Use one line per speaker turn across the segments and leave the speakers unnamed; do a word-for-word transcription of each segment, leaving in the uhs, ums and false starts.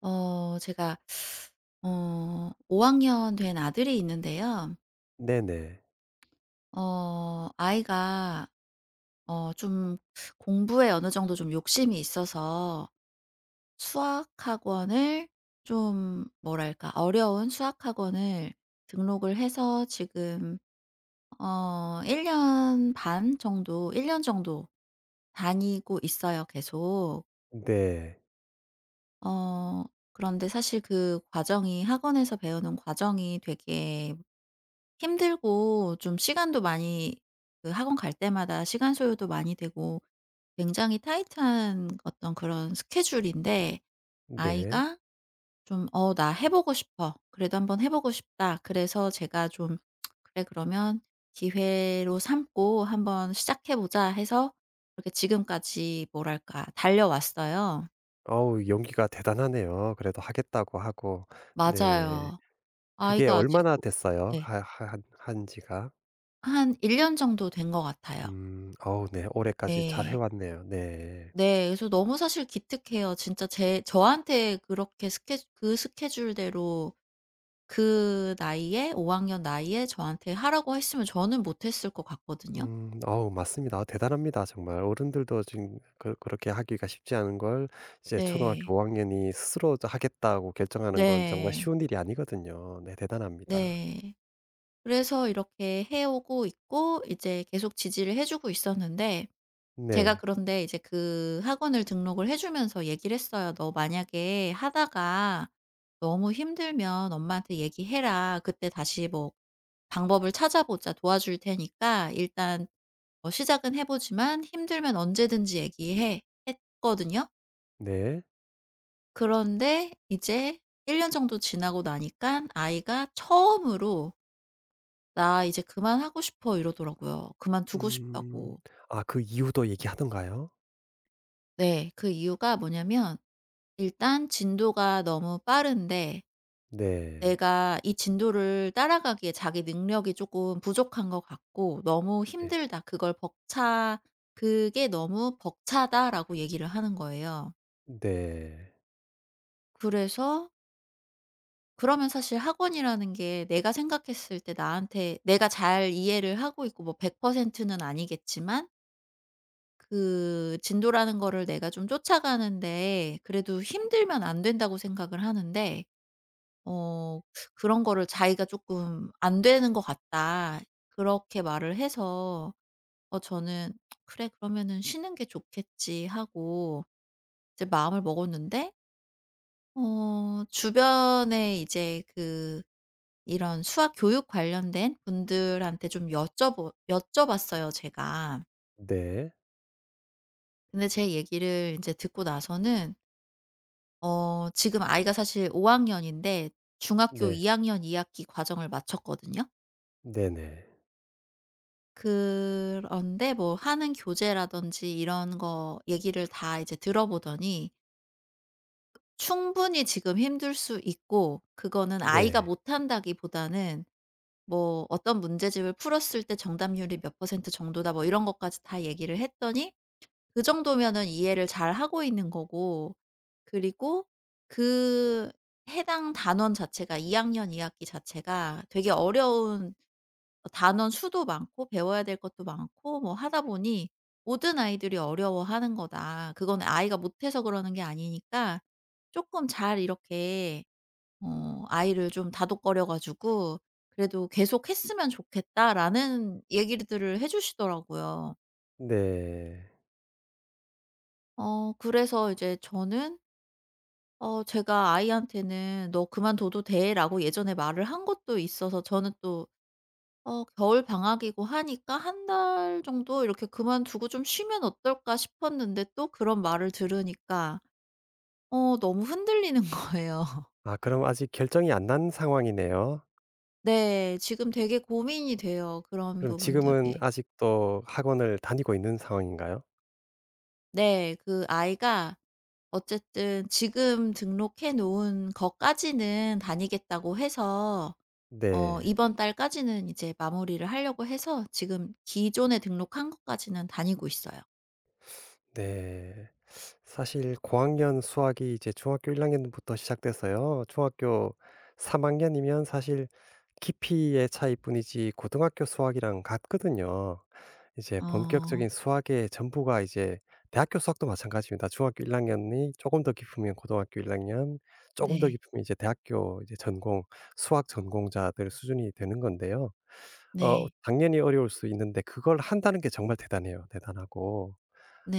어 제가 어 오 학년 된 아들이 있는데요.
네네.
어 아이가 어 좀 공부에 어느 정도 좀 욕심이 있어서 수학 학원을, 좀 뭐랄까, 어려운 수학 학원을 등록을 해서 지금 어 일 년 반 정도, 일 년 정도 다니고 있어요, 계속.
네.
어 그런데 사실 그 과정이, 학원에서 배우는 과정이 되게 힘들고, 좀 시간도 많이, 그 학원 갈 때마다 시간 소요도 많이 되고 굉장히 타이트한 어떤 그런 스케줄인데,
네.
아이가 좀 "어 나 해 보고 싶어. 그래도 한번 해 보고 싶다." 그래서 제가 좀, "그래, 그러면 기회로 삼고 한번 시작해 보자." 해서 이렇게 지금까지 뭐랄까 달려왔어요.
어우, 용기가 대단하네요. 그래도 하겠다고 하고. 네.
맞아요.
그게
아이가 아직.
얼마나 됐어요?
네.
하 하 한 한 지가?
한 일 년 정도 된 것 같아요.
음. 어우, 네. 올해까지 잘 해
네.
왔네요. 네.
네. 그래서 너무 사실 기특해요. 진짜, 제 저한테 그렇게 스케 그 스케줄대로, 그 나이에, 오 학년 나이에, 저한테 하라고 했으면 저는 못했을 것 같거든요.
음. 어우, 맞습니다. 대단합니다, 정말. 어른들도 지금 그 그렇게 하기가 쉽지 않은 걸 이제
네.
초등학교 오 학년이 스스로 하겠다고 결정하는 건 정말
네.
쉬운 일이 아니거든요. 네, 대단합니다.
네. 그래서 이렇게 해 오고 있고, 이제 계속 지지를 해 주고 있었는데, 제가,
네.
그런데 이제 그 학원을 등록을 해 주면서 얘기를 했어요. "너 만약에 하다가 너무 힘들면 엄마한테 얘기해라. 그때 다시 뭐 방법을 찾아보자. 도와줄 테니까 일단 어 시작은 해 보지만 힘들면 언제든지 얘기해." 했거든요.
네.
그런데 이제 일 년 정도 지나고 나니깐 아이가 처음으로 "나 이제 그만하고 싶어." 이러더라고요. 그만두고
음.
싶다고.
아, 그 이유도 얘기하던가요?
네. 그 이유가 뭐냐면, 일단 진도가 너무 빠른데,
네.
내가 이 진도를 따라가기에 자기 능력이 조금 부족한 것 같고 너무
네.
힘들다, 그걸 벅차 "그게 너무 벅차다."라고 얘기를 하는 거예요.
네.
그래서 그러면, 사실 학원이라는 게, 내가 생각했을 때 나한테, 내가 잘 이해를 하고 있고, 뭐 백 퍼센트는 아니겠지만 그 진도라는 거를 내가 좀 쫓아가는데, 그래도 힘들면 안 된다고 생각을 하는데, 어 그런 거를 자기가 조금 "안 되는 것 같다.", 그렇게 말을 해서, 어 저는 '그래, 그러면은 쉬는 게 좋겠지.' 하고 이제 마음을 먹었는데, 어 주변에 이제 그 이런 수학 교육 관련된 분들한테 좀 여쭤보 여쭤봤어요 제가.
네.
근데 제 얘기를 이제 듣고 나서는, 어 지금 아이가 사실 오 학년인데 중학교
네.
이 학년 이 학기 과정을 마쳤거든요.
네네.
그런데 뭐 하는 교재라든지 이런 거 얘기를 다 이제 들어보더니, 충분히 지금 힘들 수 있고 그거는 아이가
네.
못한다기보다는, 뭐 어떤 문제집을 풀었을 때 정답률이 몇 퍼센트 정도다, 뭐 이런 것까지 다 얘기를 했더니, 그 정도면은 이해를 잘하고 있는 거고, 그리고 그 해당 단원 자체가, 이 학년 이 학기 자체가 되게 어려운 어 단원 수도 많고 배워야 될 것도 많고 뭐 하다 보니, 모든 아이들이 어려워하는 거다, 그건 아이가 못해서 그러는 게 아니니까 쪼끔 잘 이렇게, 어 아이를 좀 다독거려 가지고 그래도 "계속했으면 좋겠다."라는 얘기들을 해 주시더라고요.
네.
어 그래서 이제 저는, 어 제가 아이한테는 "너 그만둬도 돼."라고 예전에 말을 한 것도 있어서 저는 또, 어 겨울 방학이고 하니까 한 달 정도 이렇게 '그만두고 좀 쉬면 어떨까?' 싶었는데, 또 그런 말을 들으니까 어 너무 흔들리는 거예요.
아, 그럼 아직 결정이 안 난 상황이네요.
네. 지금 되게 고민이 돼요, 그런
그럼 지금은
부분들이.
아직도 학원을 다니고 있는 상황인가요?
네. 그 아이가 어쨌든 지금 등록해 놓은 것까지는 다니겠다고 해서, 어
네.
이번 달까지는 이제 마무리를 하려고 해서 지금 기존에 등록한 것까지는 다니고 있어요.
네. 사실 고학년 수학이 이제 중학교 일 학년부터 시작돼서요. 중학교 삼 학년이면 사실 깊이의 차이뿐이지 고등학교 수학이랑 같거든요. 이제
어.
본격적인 수학의 전부가 이제 대학교 수학도 마찬가지입니다. 중학교 일 학년이 조금 더 깊으면 고등학교 일 학년, 조금 더
네.
깊으면 이제 대학교 이제 전공 수학 전공자들 수준이 되는 건데요. 어
네.
당연히 어려울 수 있는데 그걸 한다는 게 정말 대단해요. 대단하고.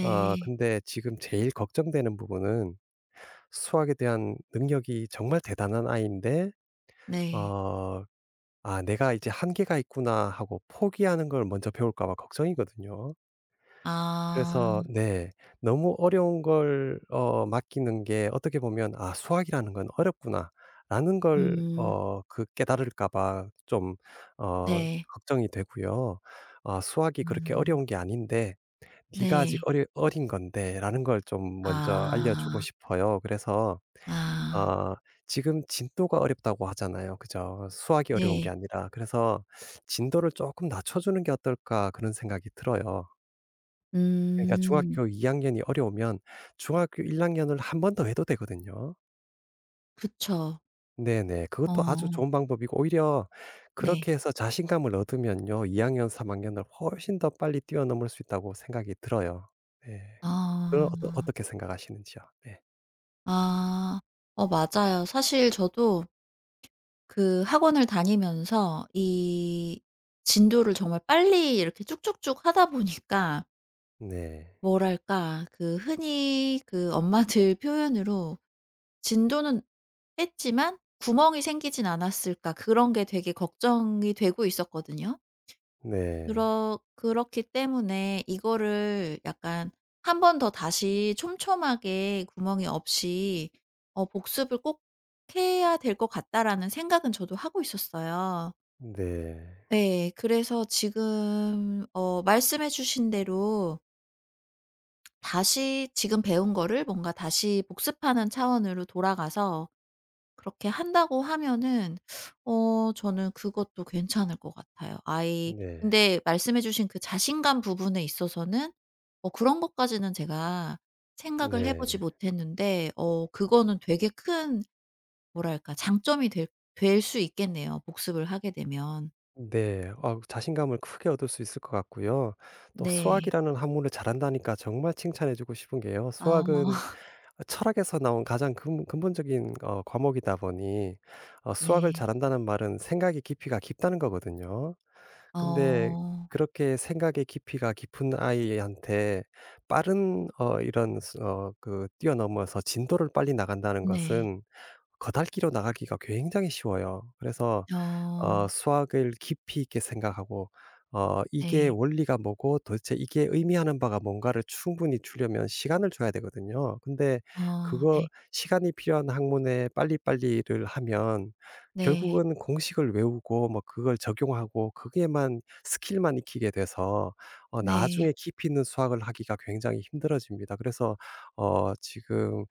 아, 근데 지금 제일 걱정되는 부분은 수학에 대한 능력이 정말 대단한 아이인데
네.
어 '아, 내가 이제 한계가 있구나.' 하고 포기하는 걸 먼저 배울까 봐 걱정이거든요.
아.
그래서 네. 너무 어려운 걸 어 맡기는 게 어떻게 보면 '아, 수학이라는 건 어렵구나.'라는 걸
음.
어 그 깨달을까 봐 좀 어
네.
걱정이 되고요. 아, 수학이 그렇게
음.
어려운 게 아닌데 "네가 아직
네.
어리 어린 건데."라는 걸 좀 먼저 알려주고
아.
싶어요. 그래서
아.
어 지금 진도가 어렵다고 하잖아요. 그죠? 수학이 어려운 게
네.
아니라. 그래서 '진도를 조금 낮춰주는 게 어떨까.' 그런 생각이 들어요. 그러니까
음.
중학교 이 학년이 어려우면 중학교 일 학년을 한 번 더 해도 되거든요.
그쵸.
네네. 그것도 아주
어.
좋은 방법이고 오히려
네.
그렇게 해서 자신감을 얻으면요. 이 학년 삼 학년을 훨씬 더 빨리 뛰어넘을 수 있다고 생각이 들어요. 네. 그럼 어떠
아.
어떻게 생각하시는지요? 네.
아. 어 맞아요. 사실 저도 그 학원을 다니면서 이 진도를 정말 빨리 이렇게 쭉쭉쭉 하다 보니까,
네.
뭐랄까 그 흔히 그 엄마들 표현으로, "진도는 했지만 구멍이 생기진 않았을까", 그런 게 되게 걱정이 되고 있었거든요.
네.
그렇 그렇기 때문에 이거를 약간 한 번 더 다시 촘촘하게 구멍이 없이 어 '복습을 꼭 해야 될 것 같다.'라는 생각은 저도 하고 있었어요.
네.
네, 그래서 지금 어 말씀해 주신 대로 다시 지금 배운 거를 뭔가 다시 복습하는 차원으로 돌아가서 그렇게 한다고 하면은, 어 저는 그것도 괜찮을 것 같아요. 아이
네.
근데 말씀해 주신 그 자신감 부분에 있어서는, 어 그런 것까지는 제가 생각을 해
네.
보지 못했는데, 어 그거는 되게 큰, 뭐랄까 장점이 될 될 수 있겠네요, 복습을 하게 되면.
네. 아, 자신감을 크게 얻을 수 있을 것 같고요. 또
네.
수학이라는 학문을 잘한다니까 정말 칭찬해 주고 싶은 게요. 수학은
아
철학에서 나온 가장 근 근본적인 어 과목이다 보니 어 수학을
네.
잘한다는 말은 생각의 깊이가 깊다는 거거든요. 근데
어
그렇게 생각의 깊이가 깊은 아이한테 빠른 어 이런 수- 어 그 뛰어넘어서 진도를 빨리 나간다는
네.
것은 거달기로 나가기가 굉장히 쉬워요. 그래서 어
어
수학을 깊이 있게 생각하고 어 이게
네.
원리가 뭐고 도대체 이게 의미하는 바가 뭔가를 충분히 주려면 시간을 줘야 되거든요. 근데
어
그거
네.
시간이 필요한 학문에 빨리빨리를 하면
네.
결국은 공식을 외우고 뭐 그걸 적용하고 그게만 스킬만 익히게 돼서 어
네.
나중에 깊이 있는 수학을 하기가 굉장히 힘들어집니다. 그래서 어 지금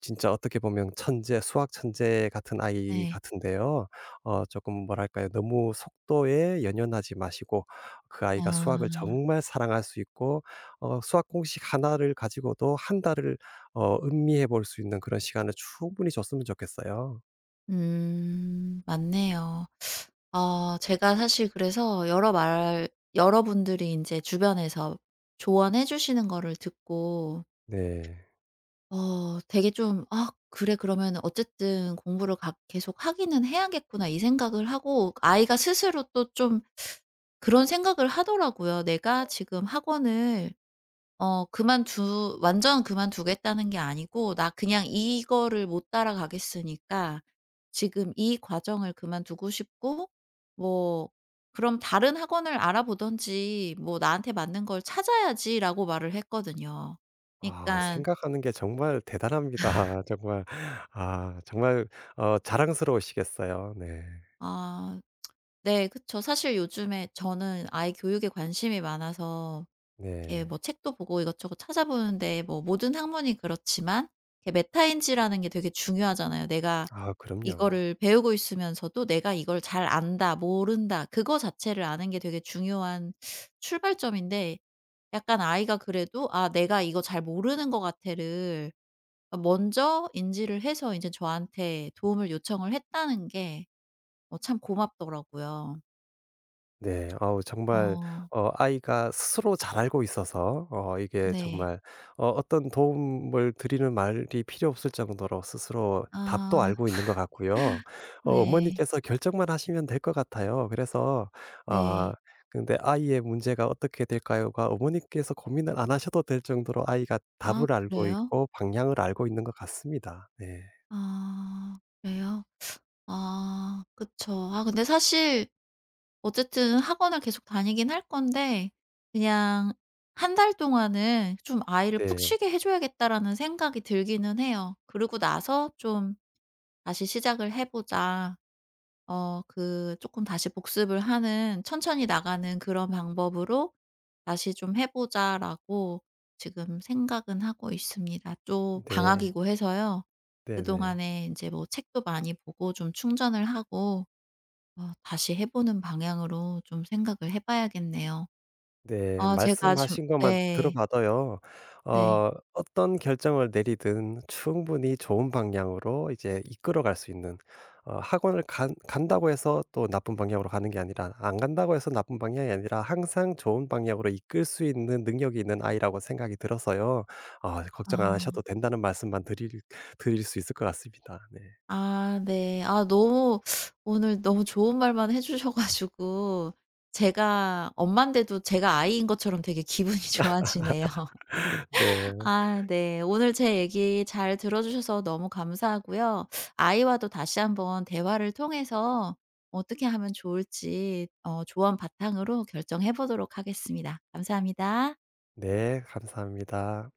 진짜 어떻게 보면 천재, 수학 천재 같은 아이
네.
같은데요. 어 조금 뭐랄까요. 너무 속도에 연연하지 마시고 그 아이가 수학을
아.
정말 사랑할 수 있고 어 수학 공식 하나를 가지고도 한 달을 어 음미해 볼 수 있는 그런 시간을 충분히 줬으면 좋겠어요.
음 맞네요. 어 제가 사실 그래서 여러 말 여러분들이 이제 주변에서 조언해 주시는 거를 듣고
네.
어 되게 좀 '아 그래 그러면 어쨌든 공부를 가 계속 하기는 해야겠구나.' 이 생각을 하고, 아이가 스스로 또 좀 그런 생각을 하더라고요. '내가 지금 학원을 어 그만두 완전 그만두겠다는 게 아니고, 나 그냥 이거를 못 따라가겠으니까 지금 이 과정을 그만두고 싶고, 뭐 그럼 다른 학원을 알아보든지 뭐 나한테 맞는 걸 찾아야지.'라고 말을 했거든요. 그러니
아,
까
생각하는 게 정말 대단합니다. 정말, 아 정말 어 자랑스러우시겠어요. 네.
아 네, 그쵸. 사실 요즘에 저는 아이 교육에 관심이 많아서 이렇게 뭐
네.
책도 보고 이것저것 찾아보는데, 뭐 모든 학문이 그렇지만 이렇게 메타인지라는 게 되게 중요하잖아요. 내가
아, 그럼요.
이거를 배우고 있으면서도 '내가 이걸 잘 안다, 모른다', 그거 자체를 아는 게 되게 중요한 출발점인데, 약간 아이가 그래도 '아 내가 이거 잘 모르는 것 같아.'를 먼저 인지를 해서 인제 저한테 도움을 요청을 했다는 게 어 참 고맙더라고요.
네. 아우, 정말
어.
어 아이가 스스로 잘 알고 있어서 어 이게
네.
정말 어 어떤 도움을 드리는 말이 필요 없을 정도로 스스로 답도
아
알고 있는 것 같고요. 어
네.
어머니께서 결정만 하시면 될 것 같아요. 그래서
네.
아, 근데 "아이의 문제가 어떻게 될까요?"가 어머니께서 고민을 안 하셔도 될 정도로 아이가
아
답을 알고
그래요?
있고 방향을 알고 있는 것 같습니다. 네.
아 그래요? 아 그쵸. 아 근데 사실 어쨌든 학원을 계속 다니긴 할 건데, 그냥 한 달 동안은 좀 '아이를 푹
네.
쉬게 해 줘야겠다.'라는 생각이 들기는 해요. 그러고 나서 좀 '다시 시작을 해 보자. 어 그 조금 다시 복습을 하는, 천천히 나가는 그런 방법으로 다시 좀 해 보자'라고 지금 생각은 하고 있습니다. 또
네.
방학이고 해서요.
네네.
그동안에 이제 뭐 책도 많이 보고 좀 충전을 하고 어 다시 해 보는 방향으로 좀 생각을 해 봐야겠네요.
네.
아 제가 좀.
말씀하신 것만
네.
들어봐도요.
네.
어 어떤 결정을 내리든 충분히 좋은 방향으로 이제 이끌어갈 수 있는 어 학원을 간 간다고 해서 또 나쁜 방향으로 가는 게 아니라 안 간다고 해서 나쁜 방향이 아니라 항상 좋은 방향으로 이끌 수 있는 능력이 있는 아이라고 생각이 들어서요. 아, 걱정 안
아.
하셔도 된다는 말씀만 드릴 드릴 수 있을 것 같습니다. 네.
아 네. 아 너무 오늘 너무 좋은 말만 해 주셔 가지고 제가 엄마인데도 제가 아이인 것처럼 되게 기분이 좋아지네요.
네.
아 네. 오늘 제 얘기 잘 들어 주셔서 너무 감사하고요. 아이와도 다시 한번 대화를 통해서 어떻게 하면 좋을지, 어 조언 바탕으로 결정해 보도록 하겠습니다. 감사합니다.
네. 감사합니다.